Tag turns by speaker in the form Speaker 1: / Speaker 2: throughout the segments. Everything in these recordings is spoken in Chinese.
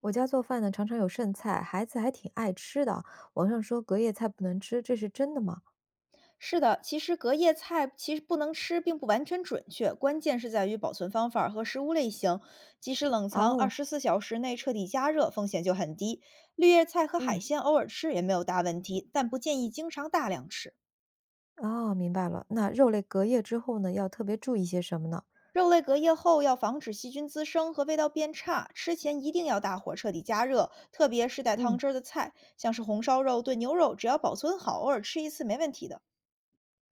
Speaker 1: 我家做饭呢，常常有剩菜，孩子还挺爱吃的。网上说隔夜菜不能吃，这是真的吗？
Speaker 2: 是的，其实隔夜菜其实不能吃，并不完全准确，关键是在于保存方法和食物类型。即使冷藏二
Speaker 1: 哦。
Speaker 2: 十四小时内彻底加热，风险就很低。绿叶菜和海
Speaker 1: 嗯。
Speaker 2: 鲜偶尔吃也没有大问题，但不建议经常大量吃。
Speaker 1: 哦，明白了。那肉类隔夜之后呢，要特别注意些什么呢？
Speaker 2: 肉类隔夜后要防止细菌滋生和味道变差，吃前一定要大火彻底加热，特别是带汤
Speaker 1: 嗯。
Speaker 2: 汁儿的菜，像是红烧肉、炖牛肉，只要保存好，偶尔吃一次没问题的。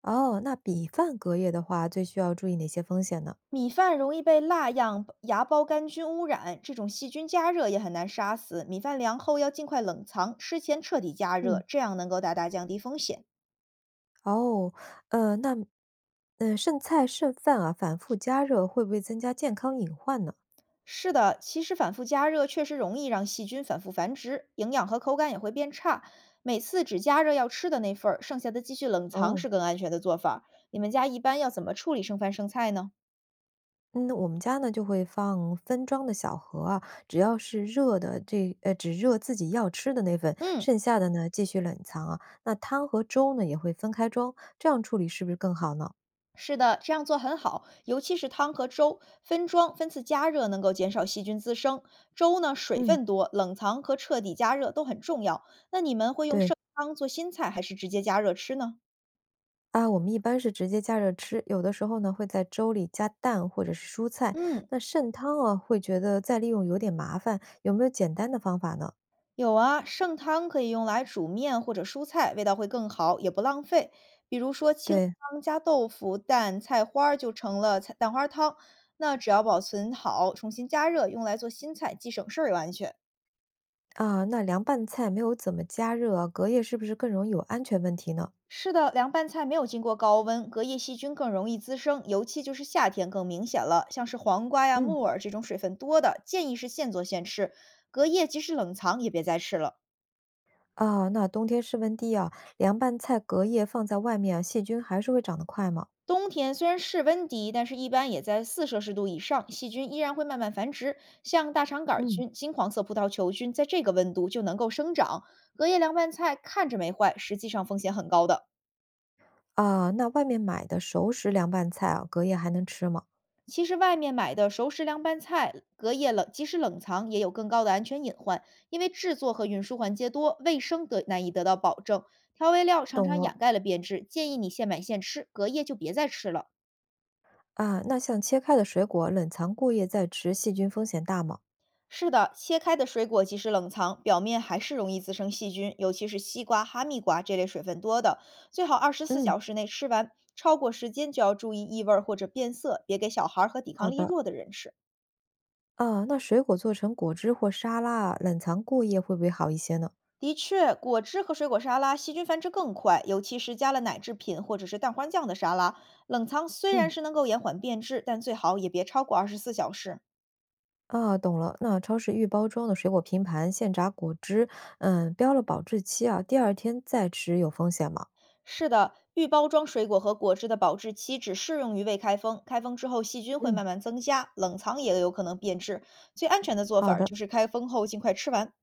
Speaker 1: 哦，那米饭隔夜的话，最需要注意哪些风险呢？
Speaker 2: 米饭容易被蜡样芽孢杆菌污染，这种细菌加热也很难杀死。米饭凉后要尽快冷藏，吃前彻底加
Speaker 1: 嗯。
Speaker 2: 热，这样能够大大降低风险。
Speaker 1: 哦。呃，那，剩菜剩饭啊，反复加热会不会增加健康隐患呢？
Speaker 2: 是的，其实反复加热确实容易让细菌反复繁殖，营养和口感也会变差。每次只加热要吃的那份儿，剩下的继续冷藏
Speaker 1: 哦。
Speaker 2: 是更安全的做法儿。你们家一般要怎么处理剩饭剩菜呢？
Speaker 1: 嗯，我们家呢就会放分装的小盒啊，只要是热的这只热自己要吃的那份，
Speaker 2: 嗯，
Speaker 1: 剩下的呢继续冷藏啊。那汤和粥呢也会分开装，这样处理是不是更好呢？
Speaker 2: 是的，这样做很好，尤其是汤和粥，分装分次加热能够减少细菌滋生。粥呢，水
Speaker 1: 嗯。
Speaker 2: 分多，冷藏和彻底加热都很重要。那你们会用
Speaker 1: 对
Speaker 2: 剩汤做新菜，还是直接加热吃呢？
Speaker 1: 啊，我们一般是直接加热吃，有的时候呢会在粥里加蛋或者是蔬菜。
Speaker 2: 嗯，
Speaker 1: 那剩汤啊，会觉得再利用有点麻烦，有没有简单的方法呢？
Speaker 2: 有啊，剩汤可以用来煮面或者蔬菜，味道会更好，也不浪费。比如说清
Speaker 1: 对
Speaker 2: 汤加豆腐、蛋、菜花儿就成了菜蛋花汤。那只要保存好，重新加热，用来做新菜，既省事儿又安全。
Speaker 1: 啊，那凉拌菜没有怎么加热啊，隔夜是不是更容易有安全问题呢？
Speaker 2: 是的，凉拌菜没有经过高温，隔夜细菌更容易滋生，尤其就是夏天更明显了。像是黄瓜呀、
Speaker 1: 嗯。
Speaker 2: 木耳这种水分多的，建议是现做现吃，隔夜即使冷藏也别再吃了。
Speaker 1: 啊，那冬天室温低啊，凉拌菜隔夜放在外面啊，细菌还是会长得快吗？
Speaker 2: 冬天虽然室温低，但是一般也在4摄氏度以上，细菌依然会慢慢繁殖。像大肠杆
Speaker 1: 嗯。
Speaker 2: 菌、金黄色葡萄球菌，在这个温度就能够生长。隔夜凉拌菜看着没坏，实际上风险很高的。
Speaker 1: 啊，那外面买的熟食凉拌菜啊，隔夜还能吃吗？
Speaker 2: 其实外面买的熟食凉拌菜，隔夜冷即使冷藏也有更高的安全隐患，因为制作和运输环节多，卫生得难以得到保证，调味料常
Speaker 1: 懂
Speaker 2: 常
Speaker 1: 了。
Speaker 2: 掩盖了变质，建议你现买现吃，隔夜就别再吃了。
Speaker 1: 啊，那像切开的水果冷藏过夜再吃，细菌风险大吗？
Speaker 2: 是的，切开的水果即使冷藏，表面还是容易滋生细菌，尤其是西瓜、哈密瓜这类水分多的，最好二十四
Speaker 1: 嗯。
Speaker 2: 小时内吃完，超过时间就要注意异味儿或者变色，别给小孩儿和抵抗
Speaker 1: 好
Speaker 2: 力
Speaker 1: 的。
Speaker 2: 弱的人吃。
Speaker 1: 啊，那水果做成果汁或沙拉啊，冷藏过夜会不会好一些呢？
Speaker 2: 的确，果汁和水果沙拉细菌繁殖更快，尤其是加了奶制品或者是蛋花酱的沙拉，冷藏虽然
Speaker 1: 嗯。
Speaker 2: 是能够延缓变质，但最好也别超过二十四小时。
Speaker 1: 啊，懂了。那超市预包装的水果拼盘、现榨果汁，嗯，标了保质期啊，第二天再吃有风险吗？
Speaker 2: 是的，预包装水果和果汁的保质期只适用于未开封，开封之后细菌会
Speaker 1: 嗯。
Speaker 2: 慢慢增加，冷藏也有可能变质。最安全的做法
Speaker 1: 好
Speaker 2: 儿
Speaker 1: 的。
Speaker 2: 就是开封后尽快吃完，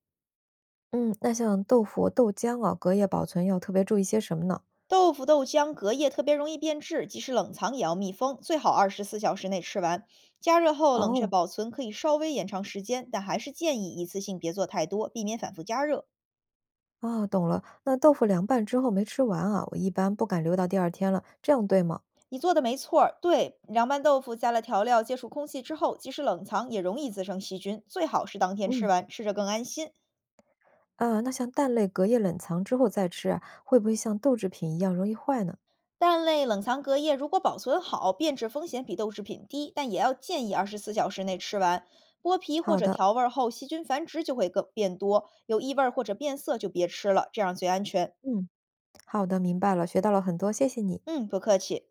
Speaker 1: 嗯，那像豆腐、豆浆啊，隔夜保存要特别注意些什么呢？
Speaker 2: 豆腐、豆浆、隔夜特别容易变质，即使冷藏也要密封，最好二十四小时内吃完。加热后冷却
Speaker 1: 哦。
Speaker 2: 保存可以稍微延长时间，但还是建议一次性别做太多，避免反复加热。
Speaker 1: 啊，懂了。那豆腐凉拌之后没吃完啊，我一般不敢留到第二天了，这样对吗？
Speaker 2: 你做的没错儿，对，凉拌豆腐加了调料，接触空气之后，即使冷藏也容易滋生细菌，最好是当天吃
Speaker 1: 嗯。
Speaker 2: 完，吃着更安心。
Speaker 1: 啊，那像蛋类隔夜冷藏之后再吃啊，会不会像豆制品一样容易坏呢？
Speaker 2: 蛋类冷藏隔夜如果保存好，变质风险比豆制品低，但也要建议二十四小时内吃完。剥皮或
Speaker 1: 好
Speaker 2: 者
Speaker 1: 的。
Speaker 2: 调味儿后，细菌繁殖就会更变多，有异味儿或者变色就别吃了，这样最安全。
Speaker 1: 嗯。好的，明白了，学到了很多，谢谢你。
Speaker 2: 嗯，不客气。